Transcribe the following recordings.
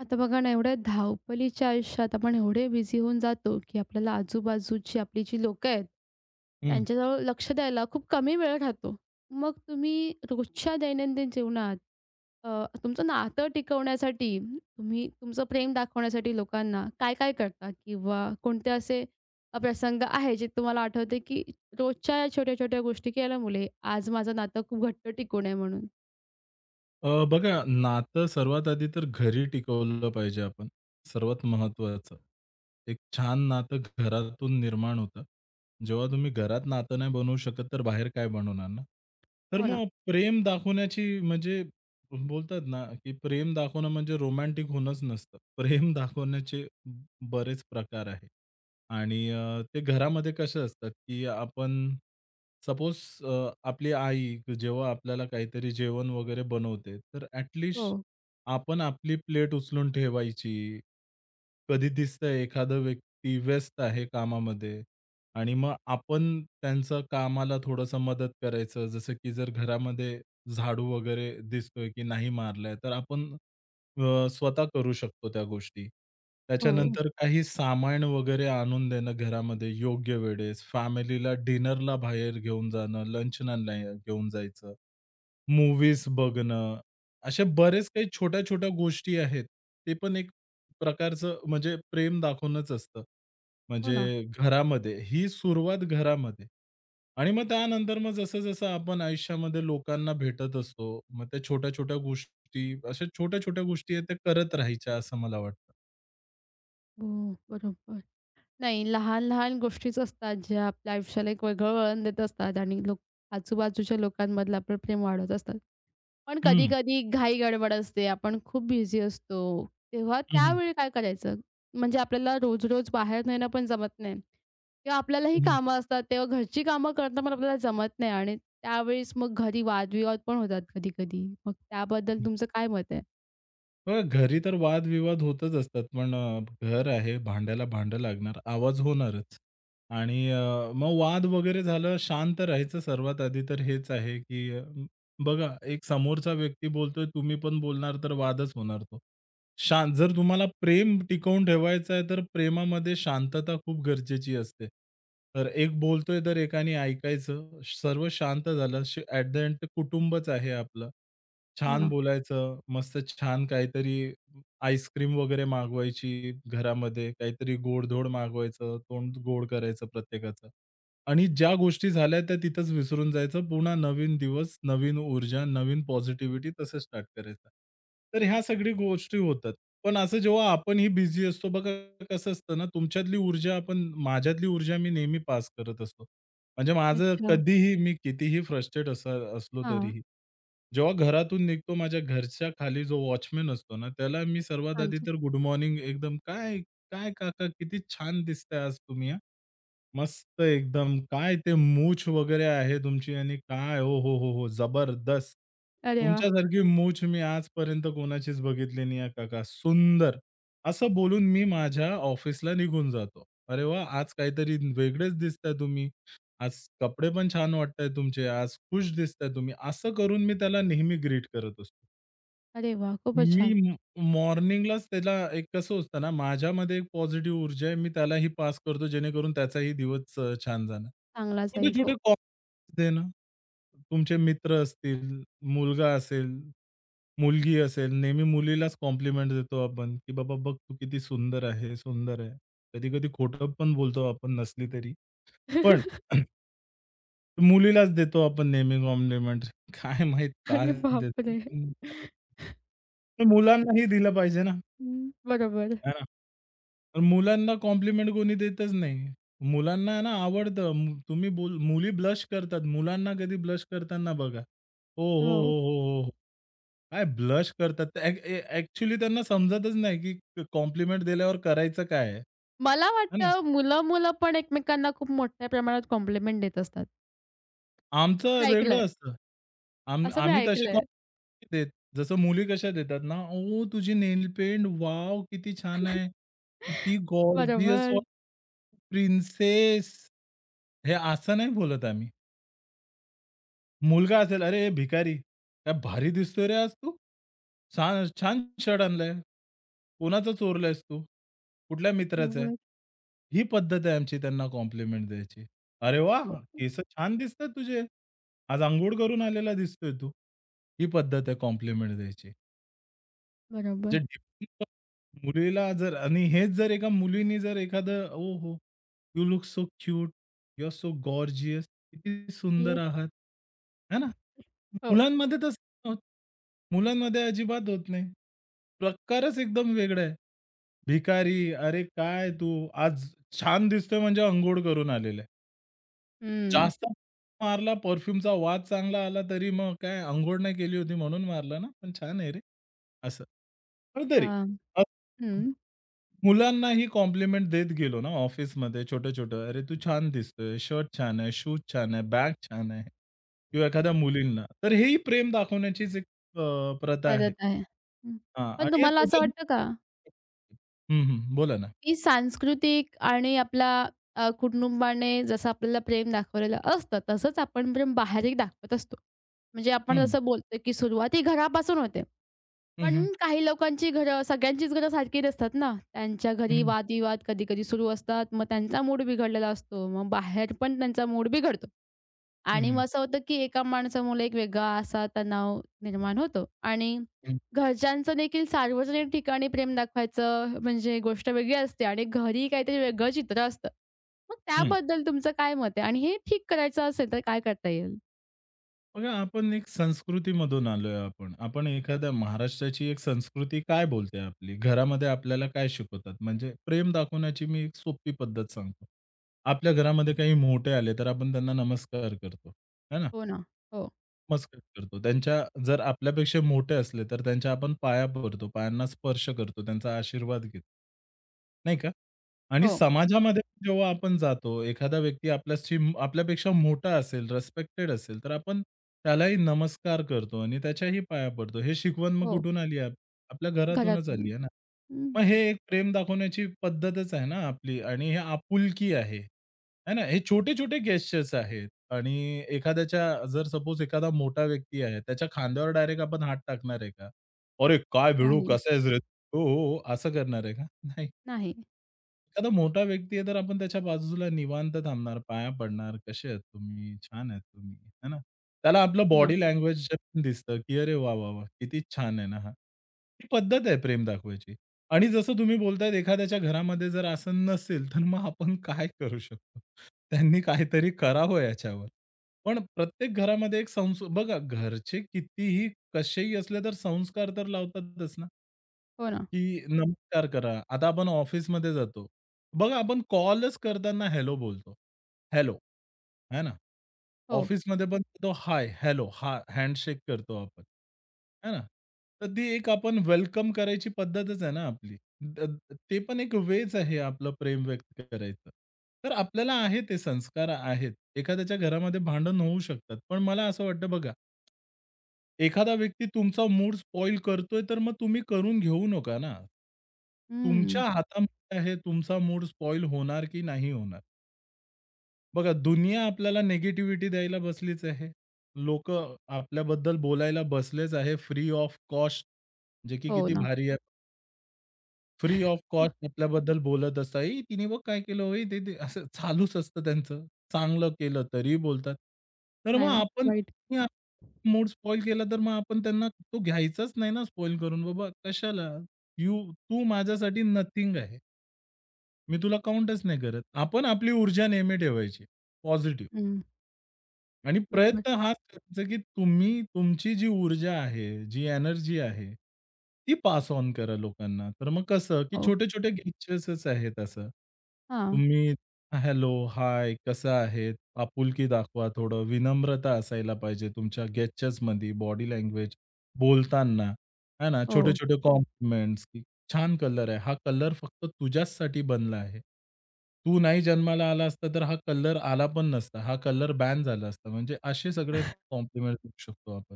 आता बघा ना, एवढ्या धावपळीच्या आयुष्यात आपण एवढे बिझी होऊन जातो, की आपल्याला आजूबाजूची आपली जी लोकं आहेत, हं. त्यांच्याजवळ लक्ष द्यायला खूप कमी वेळ राहतो. मग तुम्ही रोजच्या दैनंदिन जीवनात अ, तुमचं नातं टिकवण्यासाठी, तुम्ही तुमचं प्रेम दाखवण्यासाठी लोकांना काय-काय करता? किंवा कोणते असे प्रसंग आहे जे तुम्हाला आठवते, की रोजच्या या छोट्या-छोट्या गोष्टी केल्यामुळे आज माझं नातं खूप घट्ट टिकून आहे म्हणून? बघा नातं सर्वात आधी तर घरी टिकवलं पाहिजे आपण. सर्वात महत्त्वाचं. एक छान नातं घरातून निर्माण होतं. जेव्हा तुम्ही घरात नातं नाही बनवू शकत, तर बाहेर काय बनवणार ना? तर हो ना. मग प्रेम दाखवण्याची म्हणजे बोलतात ना, की प्रेम दाखवणं म्हणजे रोमॅन्टिक होणंच नसतं. प्रेम दाखवण्याचे बरेच प्रकार आहे, आणि ते घरामध्ये कसं असतात, की आपण सपोज अ, आपली आई जेव्हा आपल्याला काहीतरी जेवण वगैरे बनवते, तर ॲट लीस्ट हो, आपण आपली प्लेट उचलून ठेवायची. कधी दिसतंय एखादा व्यक्ती व्यस्त आहे कामामध्ये आणि मग आपण त्यांचं कामाला थोडंसं मदत करायचं. जसं की जर घरामध्ये झाडू वगैरे दिसतोय की नाही मारलाय, तर आपण स्वतः करू शकतो त्या गोष्टी. हो, त्याच्यानंतर काही सामान वगैरे आणून देणं घरामध्ये योग्य वेळेस, फॅमिलीला डिनरला बाहेर घेऊन जाणं, लंचला नाही घेऊन जायचं, मूव्हीज बघणं, अशा बरेच काही छोट्या-छोट्या गोष्टी आहेत. ते पण एक प्रकारचं म्हणजे प्रेम दाखवूनच असतं. हो ना. म्हणजे घरामध्ये, ही सुरुवात घरामध्ये आणि मग त्यानंतर मग जसं-जसं आपण आयुष्यामध्ये लोकांना भेटत असतो, मग त्या छोट्या-छोट्या गोष्टी, अशा छोट्या-छोट्या गोष्टी आहेत त्या करत राहायच्या असं मला वाटतं. हो, बरोबर. नाही, लहान-लहान गोष्टीच असतात, ज्या आपल्या आयुष्याला एक वेगळं वळण देत असतात आणि लोक आजूबाजूच्या लोकांमधलं आपलं प्रेम वाढवत असतात. पण हं. कधी-कधी घाई-गडबड असते, आपण खूप बिझी असतो, तेव्हा हं, हं. त्यावेळी काय करायचं? म्हणजे आपल्याला रोज-रोज बाहेर नेणं पण जमत नाही किंवा आपल्यालाही हं. कामं असतात, तेव्हा घरची कामं करणं पण आपल्याला जमत नाही आणि त्यावेळेस मग घरी वादविवाद पण होतात कधी-कधी. मग त्याबद्दल तुमचं काय मत आहे? हं, घरी तर वादविवाद होतच असतात. पण घर आहे, भांड्याला भांडं लागणार, आवाज होणारच. आणि मग वाद वगैरे झालं, शांत राहायचं सर्वात आधी तर हेच आहे, की बघा एक समोरचा व्यक्ती बोलतोय, तुम्ही पण बोलणार तर वादच होणार तो. शांत जर तुम्हाला प्रेम टिकवून ठेवायचं आहे, तर प्रेमामध्ये शांतता खूप गरजेची असते. तर एक बोलतोय तर एकाने ऐकायचं, सर्व शांत झालं. द एंड कुटुंबच आहे आपलं. हो छान ना. बोलायचं, मस्त छान काहीतरी आईस्क्रीम वगैरे मागवायची घरामध्ये, काहीतरी गोडधोड मागवायचं, तोंड गोड करायचं प्रत्येकाचं. आणि ज्या गोष्टी झाल्या त्या तिथंच विसरून जायचं. पुन्हा नवीन दिवस, नवीन ऊर्जा, नवीन पॉझिटिव्हिटी तसं स्टार्ट करायचं. तर ह्या सगळ्या गोष्टी होतात. पण असं जेव्हा आपणही बिझी असतो बघा कसं असतं ना, तुमच्यातली ऊर्जा आपण माझ्यातली ऊर्जा मी नेहमी पास करत असतो. म्हणजे माझं अच्छा. कधीही मी कितीही फ्रस्ट्रेट असा असलो हां. तरीही. जेव्हा घरातून निघतो माझ्या घरच्या खाली जो वॉचमन असतो ना, त्याला मी सर्वात छान, आधी छान. तर गुड मॉर्निंग एकदम, "काय, काय काका किती छान दिसताय आज तुम्ही हां. मस्त एकदम. काय ते मूछ वगैरे आहे तुमची आणि काय हो हो, जबरदस्त. अरे वाह! तुमच्यासारखी मूछ मी आजपर्यंत कोणाचीच बघितली नाही आहे काका. सुंदर." असं बोलून मी माझ्या ऑफिसला निघून जातो. "अरे वाह! आज काहीतरी वेगळेच दिसताय तुम्ही." आज कपडे पण छान वाटताय तुमचे, आज खुश दिसताय तुम्ही. असं करून मी त्याला नेहमी ग्रीट करत असतो. अरे वाह! खूपच मी छान. म मॉर्निंगलाच त्याला एक कसं असतं ना, माझ्यामध्ये एक पॉझिटिव्ह ऊर्जा आहे. मी त्यालाही पास करतो जेणेकरून त्याचाही दिवस छान जाणार. चांगला जाईल. छोटे-छोटे हो. कॉम्प्लिमेंट्स देणं. तुमचे मित्र असतील, मुलगा असेल, मुलगी असेल, नेहमी मुलीलाच कॉम्प्लिमेंट देतो आपण, की "बाबा बघ तू किती सुंदर आहे, सुंदर आहे." कधी-कधी खोटं पण बोलतो आपण नसली तरी. पण मुलीलाच देतो आपण नेहमी कॉम्प्लिमेंट. काय माहीत का अरे देतो? बापरे! तर मुलांनाही दिलं पाहिजे ना, हं, बरोबर. आहे ना. तर मुलांना कॉम्प्लिमेंट कोणी देतच नाही. मुलांना आहे ना आवडतं. तुम्ही बोल मुली ब्लश करतात. मुलांना कधी ब्लश करताना बघा. "हो, हो. हो." हो. काय ब्लश करतात? तर त्यांना समजतच नाही, की कॉम्प्लिमेंट दिल्यावर करायचं काय आहे? मला है ना? वाटतं मुलं-मुलं पण एकमेकांना खूप मोठ्या प्रमाणात कॉम्प्लिमेंट देत असतात. आमचं मी ऐकलंय. वेगळं असतं. असं मी आम्ही तशी ऐकलंय. कॉम्प्लिमेंट नाही देत. जसं मुली कशा देतात ना, ओ तुझी नेल पेंट वॉव! किती छान आहे. किती गॉर्जियस बरोबर, वाट प्रिन्सेस." हे असं नाही बोलत आम्ही. मुलगा असेल, "अरे भिकारी, काय भारी दिसतोय रे आज तू. छान छान शर्ट आणलाय. कोणाचा चोरलायस तू? कुठल्या मित्राचा आहे?" बरोबर. ही पद्धत आहे आमची त्यांना कॉम्प्लिमेंट द्यायची. "अरे हो, वाह! केस छान दिसतायत तुझे. आज अंघोळ करून आलेला दिसतोय तू." ही पद्धत आहे कॉम्प्लिमेंट द्यायची. बरोबर. जे मुलीला जर आणि हेच जर एका मुलीने जर एखादं "oh ho, you look so cute, you are so gorgeous, किती सुंदर येस. आहात." है ना? हो. मुलांमध्ये तसं नाही होत. मुलांमध्ये अजिबात होत नाही. प्रकारच एकदम वेगळा आहे. भिकारी, "अरे काय तू आज छान दिसतोय म्हणजे अंघोळ करून आलेला आहे." हं. जास्त मारला परफ्यूमचा वास चांगला आला तरी मग काय अंघोळ नाही केली होती म्हणून मारला ना, पण छान आहे रे, असं. पण अ, तरी अ- हं. मुलांना ही कॉम्प्लिमेंट देत गेलो ना ऑफिसमध्ये छोटं-छोटं, "अरे, तू छान दिसतोय, शर्ट छान आहे, शूज छान आहे, बॅग छान आहे." किंवा एखाद्या मुलींना. तर हेही प्रेम दाखवण्याचीच एक प्रथा आहे. पद्धत आहे. हं. हां पण आणि या तुम्हाला असं छोट्या वाटतं का हं, हं. बोला ना. ती सांस्कृतिक आणि आपला कुटुंबाने जसं आपल्याला प्रेम दाखवलेलं असतं, तसंच आपण प्रेम बाहेरही दाखवत असतो. म्हणजे आपण जसं बोलतो, की सुरुवात ही घरापासून होते. हं, पण हं. काही लोकांची घरं सगळ्यांचीच घरं सारखी नसतात ना. त्यांच्या हं, घरी हं. वादविवाद कधी-कधी सुरू असतात. मग त्यांचा मूड बिघडलेला असतो. मग बाहेर पण त्यांचा मूड बिघडतो. हं, आणि हं. मग असं होतं, की एका माणसामुळे एक वेगळा असा तणाव निर्माण होतो आणि हं, घरच्यांचं देखील सार्वजनिक ठिकाणी प्रेम दाखवायचं म्हणजे गोष्ट वेगळी असते आणि घरी काहीतरी वेगळं चित्र असतं. मग हं. त्याबद्दल तुमचं काय मत आहे? आणि हे ठीक करायचं असेल तर काय करता येईल? बघा, आपण एक संस्कृतीमधून आलोय आपण. आपण एखाद्या महाराष्ट्राची एक संस्कृती काय बोलते आपली? घरामध्ये आपल्याला काय शिकवतात? म्हणजे प्रेम दाखवण्याची मी एक सोपी पद्धत सांगतो. आपल्या घरामध्ये काही मोठे आले, तर आपण त्यांना नमस्कार करतो, है ना? हो ना. हो, मस्करी करतो. त्यांच्या जर आपल्यापेक्षा मोठे असले, तर त्यांच्या आपण पाया पडतो, पायांना स्पर्श करतो, त्यांचा आशीर्वाद घेतो. नाही का? आणि हो, समाजामध्ये जेव्हा आपण जातो, एखादा व्यक्ती आपल्याशी आपल्यापेक्षा मोठा असेल, रिस्पेक्टेड असेल, तर आपण त्यालाही नमस्कार करतो आणि त्याच्याही पाया पडतो. हे शिकवण मग हो. कुठून आली आहे? आपल्या घरातूनच आली घरातून. आहे ना. हं. मग हे एक प्रेम दाखवण्याची पद्धतच आहे ना आपली आणि हे आपुलकी आहे. आहे ना? हे छोटे-छोटे गेस्चर्स आहेत. आणि एखाद्याच्या जर सपोज एखादा मोठा व्यक्ती आहे, त्याच्या खांद्यावर डायरेक्ट आपण हात टाकणार आहे का? "अरे, काय भिडू, नाही, कसा आहेस रे तू?" हो, हो, हो, असं करणार आहे का? नाही. नाही. एखादा मोठा व्यक्ती आहे, तर आपण त्याच्या बाजूला निवांत थांबणार, पाया पडणार, "कसे आहेत तुम्ही? छान आहेत तुम्ही." है ना? त्याला आपलं हो ना, बॉडी लँग्वेज दिसतं, की "अरे वाह, वाह, वाह! किती छान आहे ना हा." ही पद्धत आहे प्रेम दाखवायची. आणि जसं तुम्ही बोलतायत एखाद्याच्या घरामध्ये जर असं नसेल, तर मग आपण काय करू शकतो? त्यांनी काहीतरी करावं याच्यावर. पण प्रत्येक घरामध्ये एक बघा घरचे कितीही कसेही असले, तर संस्कार तर लावतातच ना. हो ना. की नमस्कार करा. आता आपण ऑफिसमध्ये जातो. बघा आपण कॉलच करताना हेल्लो बोलतो. हेल्लो, है ना? हो. ऑफिसमध्ये पण तो हाय, हेल्लो, हा हँडशेक करतो आपण, है ना? तर ती एक आपण वेलकम करायची पद्धतच आहे ना आपली. द द- ते पण एक वेच आहे आपलं प्रेम व्यक्त करायचं. तर आपल्याला आहे ते संस्कार आहेत. एखाद्याच्या घरामध्ये भांडण होऊ शकतात. पण मला असं वाटतं बघा एखादा व्यक्ती तुमचा मूड स्पॉइल करतोय, तर मग तुम्ही करून घेऊ नका ना. तुमच्या हं. हातामध्ये आहे तुमचा मूड स्पॉईल होणार की नाही होणार. बघा दुनिया आपल्याला निगेटिव्हिटी द्यायला बसलीच आहे. लोकं आपल्याबद्दल बोलायला बसलेच आहे फ्री ऑफ कॉस्ट जे की हो किती ना. भारी आहे. फ्री ऑफ कॉस्ट आपल्याबद्दल बोलत असतात. "ए तिने बघ काय केलं, हो, ए ते ते" असं चालूच असतं त्यांचं. चांगलं केलं तरीही बोलतात. तर मग नाही आपण वाईट. मूड स्पॉईल केला तर मग आपण त्यांना तो घ्यायचाच नाही ना स्पॉईल करून. बाबा कशाला? तू माझ्यासाठी नथिंग आहे. मी तुला काउंटच नाही करत. आपण आपली ऊर्जा नेहमी ठेवायची. पॉझिटिव्ह. हं. आणि बरोबर. प्रयत्न हाच करायचा, की तुम्ही तुमची जी ऊर्जा आहे, जी एनर्जी आहे, ती पास ऑन करा लोकांना. तर मग कसं, की हो. छोटे-छोटे गेस्चर्सच आहेत असं. हां. तुम्ही हॅलो, हाय, कसं आहेत? आपुलकी दाखवा थोडं. विनम्रता असायला पाहिजे तुमच्या गेस्चर्समध्ये, बॉडी लँग्वेज, बोलताना, आहे ना, हो. छोटे-छोटे कॉम्प्लिमेंट्स छान कलर आहे. हा कलर फक्त तुझ्याचसाठी बनला आहे. तू नाही जन्माला आला असता तर हा कलर आला पण नसता. हा कलर बॅन झाला असता. म्हणजे असे सगळे कॉम्प्लिमेंट करू शकतो आपण.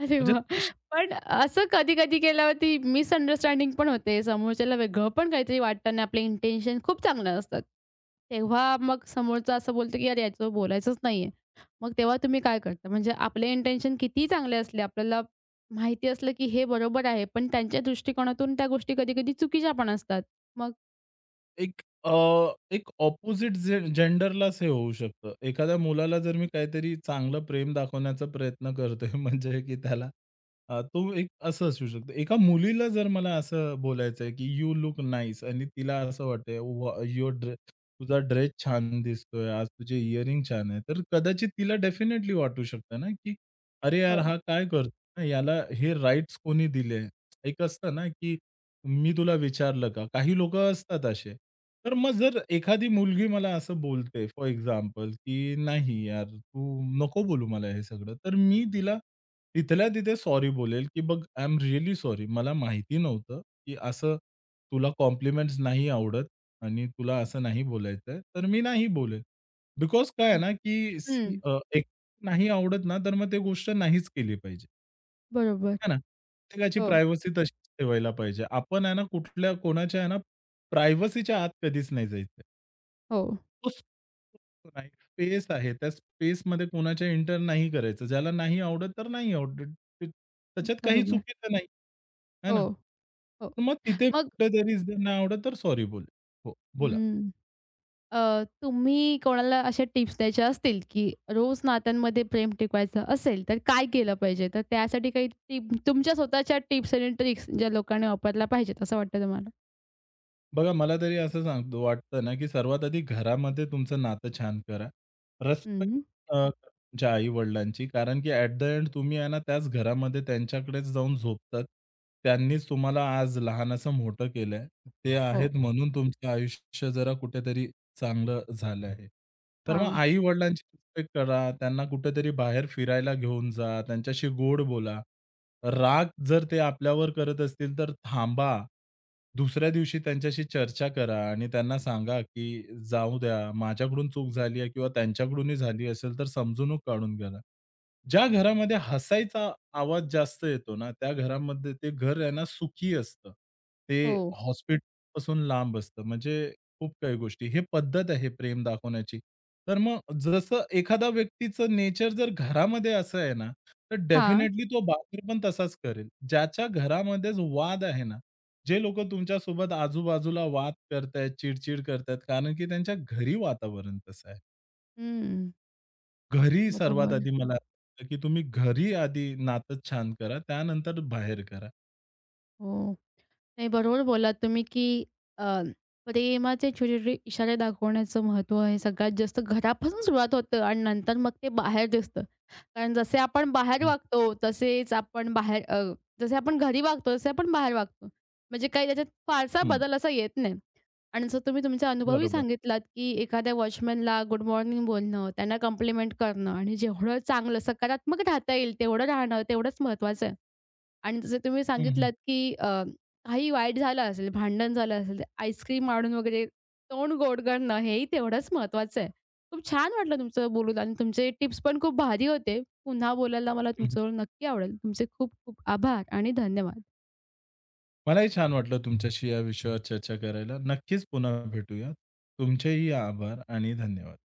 अरे वाह! तशी पण असं कधी-कधी केल्यावरती मिसअंडरस्टँडिंग पण होते. समोरच्याला वेगळं पण काहीतरी वाटतं आणि आपले इंटेन्शन खूप चांगलं असतात. तेव्हा मग समोरचा असं बोलतो की "अरे, याचं बोलायचंच नाहीये." मग तेव्हा तुम्ही काय करता? म्हणजे आपले इंटेन्शन कितीही चांगले असले, आपल्याला माहिती असलं की हे बरोबर आहे, पण त्यांच्या दृष्टिकोनातून त्या गोष्टी कधी-कधी चुकीच्या पण असतात. मग एक अ, एक अपोझिट जे जेंडरलाच हे होऊ शकतं. एखाद्या मुलाला जर मी काहीतरी चांगलं प्रेम दाखवण्याचा प्रयत्न करतोय म्हणजे की त्याला तो एक असं असू शकतो. एका मुलीला जर मला असं बोलायचंय की "यू लूक नाईस" आणि तिला असं वाटतंय "वॉ युअर ड्रे तुझा ड्रेस छान दिसतोय, आज तुझे इयरिंग छान आहे." तर कदाचित तिला डेफिनेटली वाटू शकतं ना की "अरे यार, हो. हा काय करतोय? याला हे राइट्स कोणी दिले?" एक असतं ना की मी तुला विचारलं का? काही लोकं असतात असे. तर मग जर एखादी मुलगी मला असं बोलते फॉर एक्झाम्पल, की "नाही यार, तू नको बोलू मला हे सगळं." तर मी तिला तिथल्या तिथे सॉरी बोलेल, की "बघ, आय एम रिअली सॉरी. मला माहिती नव्हतं, की असं तुला कॉम्प्लिमेंट्स नाही आवडत आणि तुला असं नाही बोलायचंय." तर मी नाही बोलेल. बिकॉज काय आहे ना, की सी हं. एक नाही आवडत ना, तर मग ते गोष्ट नाहीच केली पाहिजे. बरोबर. आहे ना. प्रत्येकाची हो, प्रायव्हसी तशीच ठेवायला पाहिजे. आपण आहे ना कुठल्या कोणाच्या आहे ना प्रायव्हसीच्या आत कधीच नाही जायचं. हो. तो स्पेस आहे. space आहे, त्या स्पेसमध्ये कोणाच्या एंटर नाही करायचं. ज्याला नाही आवडत तर नाही आवडत. त्याच्यात काही बरोबर. चुकीचं नाही. आहे ना. हो, हो. तर मग तिथे मग कुठेतरी जर नाही आवडत तर सॉरी बोल हो, बोला. हं. तुम्ही कोणाला अशा टिप्स द्यायच्या असतील, की रोज नात्यांमध्ये प्रेम टिकवायचं असेल, तर काय केलं पाहिजे? तर त्यासाठी काही टिप तुमच्या स्वतःच्या टिप्स आणि ट्रिक्स ज्या लोकांनी वापरल्या पाहिजेत असं वाटतं तुम्हाला? बघा, मला तरी असं सांगतो वाटतं ना, की सर्वात आधी घरामध्ये तुमचं नातं छान करा. रिस्पेक्ट हं. तुमच्या आई-वडिलांची. कारण की ॲट द एंड तुम्ही आहे ना, त्याच घरामध्ये त्यांच्याकडेच जाऊन झोपतात. त्यांनीच तुम्हाला आज लहानाचं मोठं केलंय. ते हो, हो. आहेत हो. म्हणून तुमचं आयुष्य जरा कुठेतरी चांगलं झालं आहे. तर मग हां. आई-वडिलांची रिस्पेक्ट करा, त्यांना कुठेतरी बाहेर फिरायला घेऊन जा, त्यांच्याशी गोड बोला. राग जर ते आपल्यावर करत असतील, तर थांबा. दुसऱ्या दिवशी त्यांच्याशी चर्चा करा आणि त्यांना सांगा, की "जाऊ द्या, माझ्याकडून चूक झाली आहे किंवा त्यांच्याकडूनही झाली असेल, तर समजूनच काढून घ्या." ज्या घरामध्ये हसायचा आवाज जास्त येतो ना, त्या घरामध्ये ते घर आहे ना सुखी असतं. ते हो. हॉस्पिटलपासून लांब असतं. म्हणजे खूप काही गोष्टी. हे पद्धत आहे प्रेम दाखवण्याची. तर मग जसं एखादा व्यक्तीचं नेचर जर घरामध्ये असं आहे ना, तर हां. डेफिनेटली तो बाहेर पण तसाच करेल. ज्याच्या घरामध्येच वाद आहे ना, जे लोकं तुमच्यासोबत आजूबाजूला वाद करतायत, चिड करतायत, कारण की त्यांच्या घरी वातावरण तसं आहे. हं. घरी सर्वात बरोबर. आधी मला वाटतं, की तुम्ही घरी आधी नातं छान करा, त्यानंतर बाहेर करा. हो. नाही, बरोबर बोलात तुम्ही, की अ, प्रेमाचे छोटे-छोटे इशारे दाखवण्याचं महत्त्व आहे. सगळ्यात जास्त घरापासून सुरुवात होतं आणि नंतर मग ते बाहेर दिसतं. कारण जसे आपण बाहेर हं. वागतो, तसेच आपण बाहेर जसे आपण घरी वागतो, तसे आपण बाहेर वागतो. म्हणजे काही त्याच्यात फारसा हं, बदल असा येत नाही. आणि जसं तुम्ही तुमचा अनुभवही बरोबर. सांगितलात, की एखाद्या वॉचमनला गुड मॉर्निंग बोलणं, त्यांना कॉम्प्लिमेंट करणं आणि जेवढं चांगलं सकारात्मक राहता येईल, तेवढं राहणं, तेवढंच महत्त्वाचं आहे. आणि जसं तुम्ही हं, हं. सांगितलात, की काही वाईट झालं असेल, भांडण झालं असेल, तर आईस्क्रीम आणून वगैरे तोंड गोड करणं हेही तेवढंच महत्त्वाचं आहे. खूप छान वाटलं तुमचं बोलून आणि तुमचे टिप्स पण खूप भारी होते. पुन्हा बोलायला मला हं, हं. तुमच्याबरोबर नक्की आवडेल. तुमचे खूप खूप आभार आणि धन्यवाद. मलाही छान वाटलं तुमच्याशी या विषयावर चर्चा करायला. नक्कीच पुन्हा भेटूया. तुमचेही आभार आणि धन्यवाद.